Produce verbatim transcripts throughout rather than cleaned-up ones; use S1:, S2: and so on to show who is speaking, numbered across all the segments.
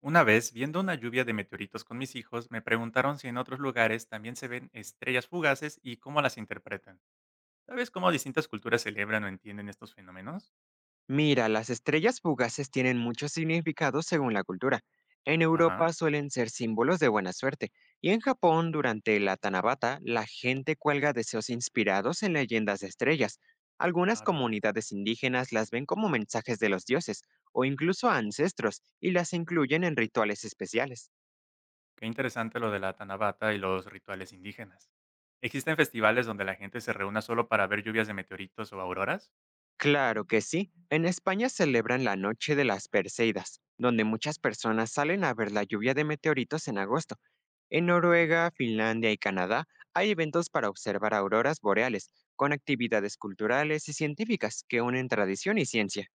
S1: Una vez, viendo una lluvia de meteoritos con mis hijos, me preguntaron si en otros lugares también se ven estrellas fugaces y cómo las interpretan. ¿Sabes cómo distintas culturas celebran o entienden estos fenómenos?
S2: Mira, las estrellas fugaces tienen muchos significados según la cultura. En
S1: Ajá.
S2: Europa suelen ser símbolos de buena suerte, y en Japón, durante la Tanabata, la gente cuelga deseos inspirados en leyendas de estrellas. Algunas
S1: Ah, bien.
S2: comunidades indígenas las ven como mensajes de los dioses o incluso ancestros y las incluyen en rituales especiales.
S1: Qué interesante lo de la Tanabata y los rituales indígenas. ¿Existen festivales donde la gente se reúna solo para ver lluvias de meteoritos o auroras?
S2: Claro que sí. En España celebran la Noche de las Perseidas, donde muchas personas salen a ver la lluvia de meteoritos en agosto. En
S1: Mm.
S2: Noruega, Finlandia y Canadá hay eventos para observar auroras boreales, con actividades culturales y científicas que unen tradición y ciencia.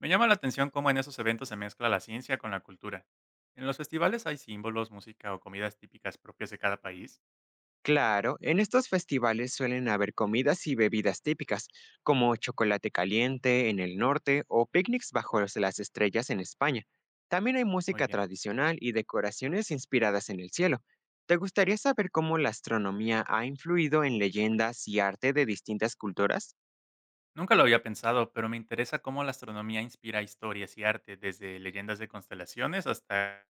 S1: Me llama la atención cómo en esos eventos se mezcla la ciencia con la cultura. ¿En los festivales hay símbolos, música o comidas típicas propias de cada país?
S2: Claro, en estos festivales suelen haber comidas y bebidas típicas, como chocolate caliente en el norte o picnics bajo los- las estrellas en España. También hay
S1: Muy
S2: música
S1: bien.
S2: tradicional y decoraciones inspiradas en el cielo. ¿Te gustaría saber cómo la astronomía ha influido en leyendas y arte de distintas culturas?
S1: Nunca lo había pensado, pero me interesa cómo la astronomía inspira historias y arte, desde leyendas de constelaciones hasta…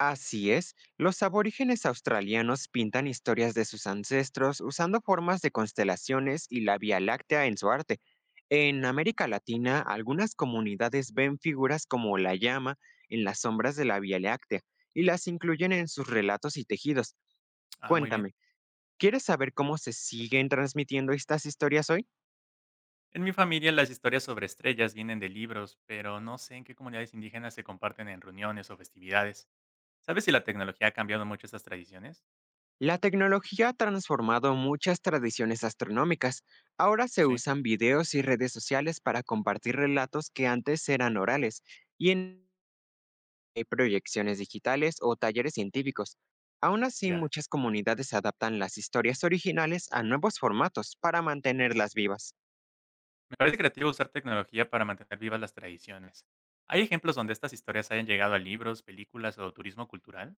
S2: Así es, los aborígenes australianos pintan historias de sus ancestros usando formas de constelaciones y la Vía Láctea en su arte. En América Latina, algunas comunidades ven figuras como la llama en las sombras de la Vía Láctea y las incluyen en sus relatos y tejidos.
S1: Ah, muy bien.
S2: Cuéntame, ¿quieres saber cómo se siguen transmitiendo estas historias hoy?
S1: En mi familia las historias sobre estrellas vienen de libros, pero no sé en qué comunidades indígenas se comparten en reuniones o festividades. ¿Sabes si la tecnología ha cambiado mucho estas tradiciones?
S2: La tecnología ha transformado muchas tradiciones astronómicas. Ahora se
S1: Sí,
S2: usan videos y redes sociales para compartir relatos que antes eran orales y en hay proyecciones digitales o talleres científicos. Aún así,
S1: ya.
S2: muchas comunidades adaptan las historias originales a nuevos formatos para mantenerlas vivas.
S1: Me parece creativo usar tecnología para mantener vivas las tradiciones. ¿Hay ejemplos donde estas historias hayan llegado a libros, películas o turismo cultural?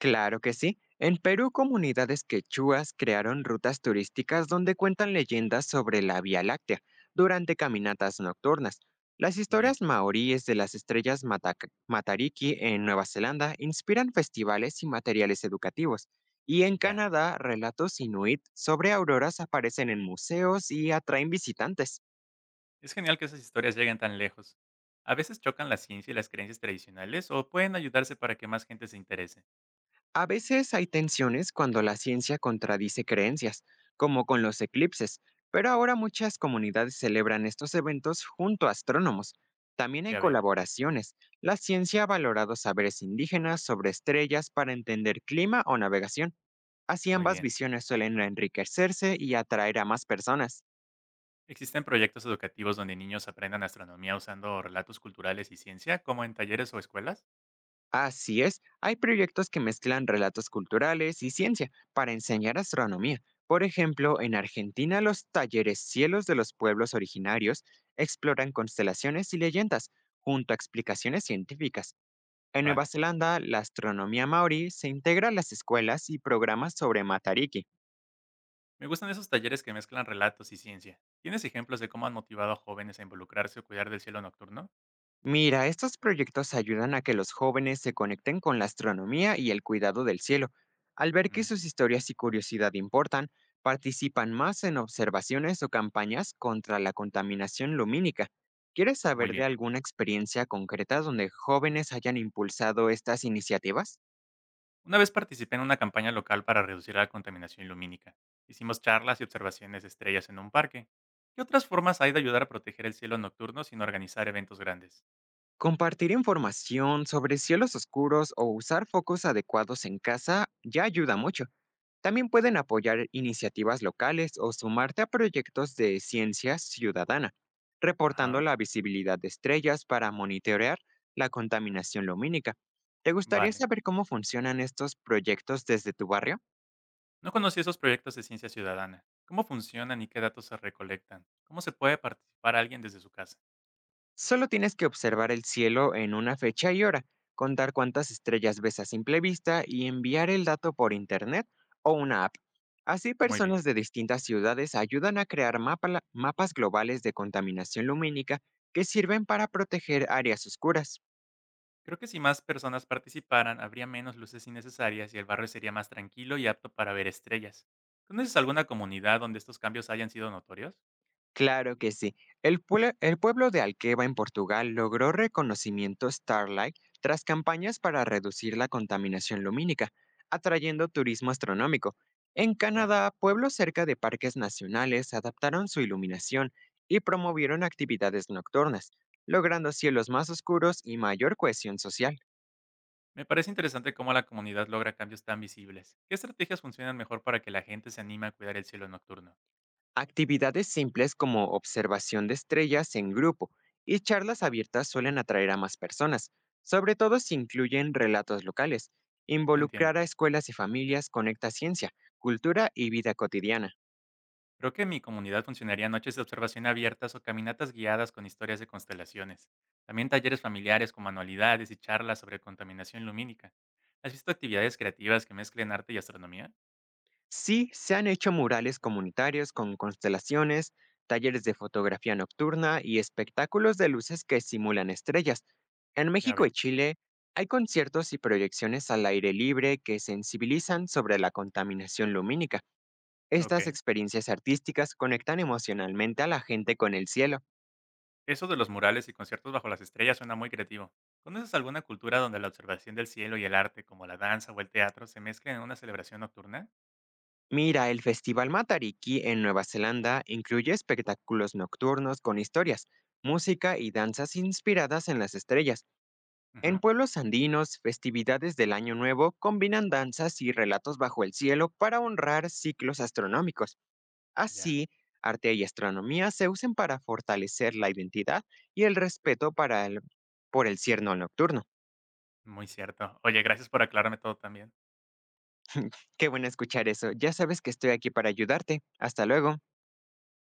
S2: Claro que sí. En Perú, comunidades quechuas crearon rutas turísticas donde cuentan leyendas sobre la Vía Láctea durante caminatas nocturnas. Las
S1: Bien,
S2: historias maoríes de las estrellas Mataca- Matariki en Nueva Zelanda inspiran festivales y materiales educativos. Y en
S1: ya.
S2: Canadá, relatos inuit sobre auroras aparecen en museos y atraen visitantes.
S1: Es genial que esas historias lleguen tan lejos. A veces chocan la ciencia y las creencias tradicionales o pueden ayudarse para que más gente se interese.
S2: A veces hay tensiones cuando la ciencia contradice creencias, como con los eclipses, pero ahora muchas comunidades celebran estos eventos junto a astrónomos. También hay
S1: Ya veo.
S2: colaboraciones. La ciencia ha valorado saberes indígenas sobre estrellas para entender clima o navegación. Así
S1: Muy
S2: ambas
S1: bien.
S2: visiones suelen enriquecerse y atraer a más personas.
S1: ¿Existen proyectos educativos donde niños aprendan astronomía usando relatos culturales y ciencia, como en talleres o escuelas?
S2: Así es, hay proyectos que mezclan relatos culturales y ciencia para enseñar astronomía. Por ejemplo, en Argentina los talleres Cielos de los Pueblos Originarios exploran constelaciones y leyendas junto a explicaciones científicas. En Nueva
S1: Vale.
S2: Zelanda, la astronomía maorí se integra a las escuelas y programas sobre Matariki.
S1: Me gustan esos talleres que mezclan relatos y ciencia. ¿Tienes ejemplos de cómo han motivado a jóvenes a involucrarse o cuidar del cielo nocturno?
S2: Mira, estos proyectos ayudan a que los jóvenes se conecten con la astronomía y el cuidado del cielo. Al ver que
S1: Mm,
S2: sus historias y curiosidad importan, participan más en observaciones o campañas contra la contaminación lumínica. ¿Quieres
S1: muy
S2: saber
S1: bien.
S2: de alguna experiencia concreta donde jóvenes hayan impulsado estas iniciativas?
S1: Una vez participé en una campaña local para reducir la contaminación lumínica. Hicimos charlas y observaciones de estrellas en un parque. ¿Qué otras formas hay de ayudar a proteger el cielo nocturno sin organizar eventos grandes?
S2: Compartir información sobre cielos oscuros o usar focos adecuados en casa ya ayuda mucho. También pueden apoyar iniciativas locales o sumarte a proyectos de ciencia ciudadana, reportando
S1: Ajá,
S2: la visibilidad de estrellas para monitorear la contaminación lumínica. ¿Te gustaría
S1: vale.
S2: saber cómo funcionan estos proyectos desde tu barrio?
S1: No conocí esos proyectos de ciencia ciudadana. ¿Cómo funcionan y qué datos se recolectan? ¿Cómo se puede participar alguien desde su casa?
S2: Solo tienes que observar el cielo en una fecha y hora, contar cuántas estrellas ves a simple vista y enviar el dato por internet o una app. Así
S1: Muy bien.
S2: personas de distintas ciudades ayudan a crear mapa- mapas globales de contaminación lumínica que sirven para proteger áreas oscuras.
S1: Creo que si más personas participaran, habría menos luces innecesarias y el barrio sería más tranquilo y apto para ver estrellas. ¿Conoces alguna comunidad donde estos cambios hayan sido notorios?
S2: Claro que sí. El, pueblo el pueblo de Alqueva en Portugal logró reconocimiento Starlight tras campañas para reducir la contaminación lumínica, atrayendo turismo astronómico. En
S1: Ya.
S2: Canadá, pueblos cerca de parques nacionales adaptaron su iluminación y promovieron actividades nocturnas, logrando cielos más oscuros y mayor cohesión social.
S1: Me parece interesante cómo la comunidad logra cambios tan visibles. ¿Qué estrategias funcionan mejor para que la gente se anime a cuidar el cielo nocturno?
S2: Actividades simples como observación de estrellas en grupo y charlas abiertas suelen atraer a más personas, sobre todo si incluyen relatos locales.
S1: Entiendo.
S2: Involucrar a escuelas y familias conecta ciencia, cultura y vida cotidiana.
S1: Creo que en mi comunidad funcionarían noches de observación abiertas o caminatas guiadas con historias de constelaciones. También talleres familiares con manualidades y charlas sobre contaminación lumínica. ¿Has visto actividades creativas que mezclen arte y astronomía?
S2: Sí, se han hecho murales comunitarios con constelaciones, talleres de fotografía nocturna y espectáculos de luces que simulan estrellas. En
S1: Ya
S2: México
S1: veo.
S2: y Chile hay conciertos y proyecciones al aire libre que sensibilizan sobre la contaminación lumínica.
S1: Ok.
S2: Estas experiencias artísticas conectan emocionalmente a la gente con el cielo.
S1: Eso de los murales y conciertos bajo las estrellas suena muy creativo. ¿Conoces alguna cultura donde la observación del cielo y el arte, como la danza o el teatro, se mezclen en una celebración nocturna?
S2: Mira, el Festival Matariki en Nueva Zelanda incluye espectáculos nocturnos con historias, música y danzas inspiradas en las estrellas. En
S1: Ujú.
S2: pueblos andinos, festividades del Año Nuevo combinan danzas y relatos bajo el cielo para honrar ciclos astronómicos.
S1: Ya,
S2: Así, arte y astronomía se usan para fortalecer la identidad y el respeto para el- por el cielo nocturno.
S1: muy cierto. Oye, gracias por aclararme todo también.
S2: Qué bueno escuchar eso. Ya sabes que estoy aquí para ayudarte. Hasta luego.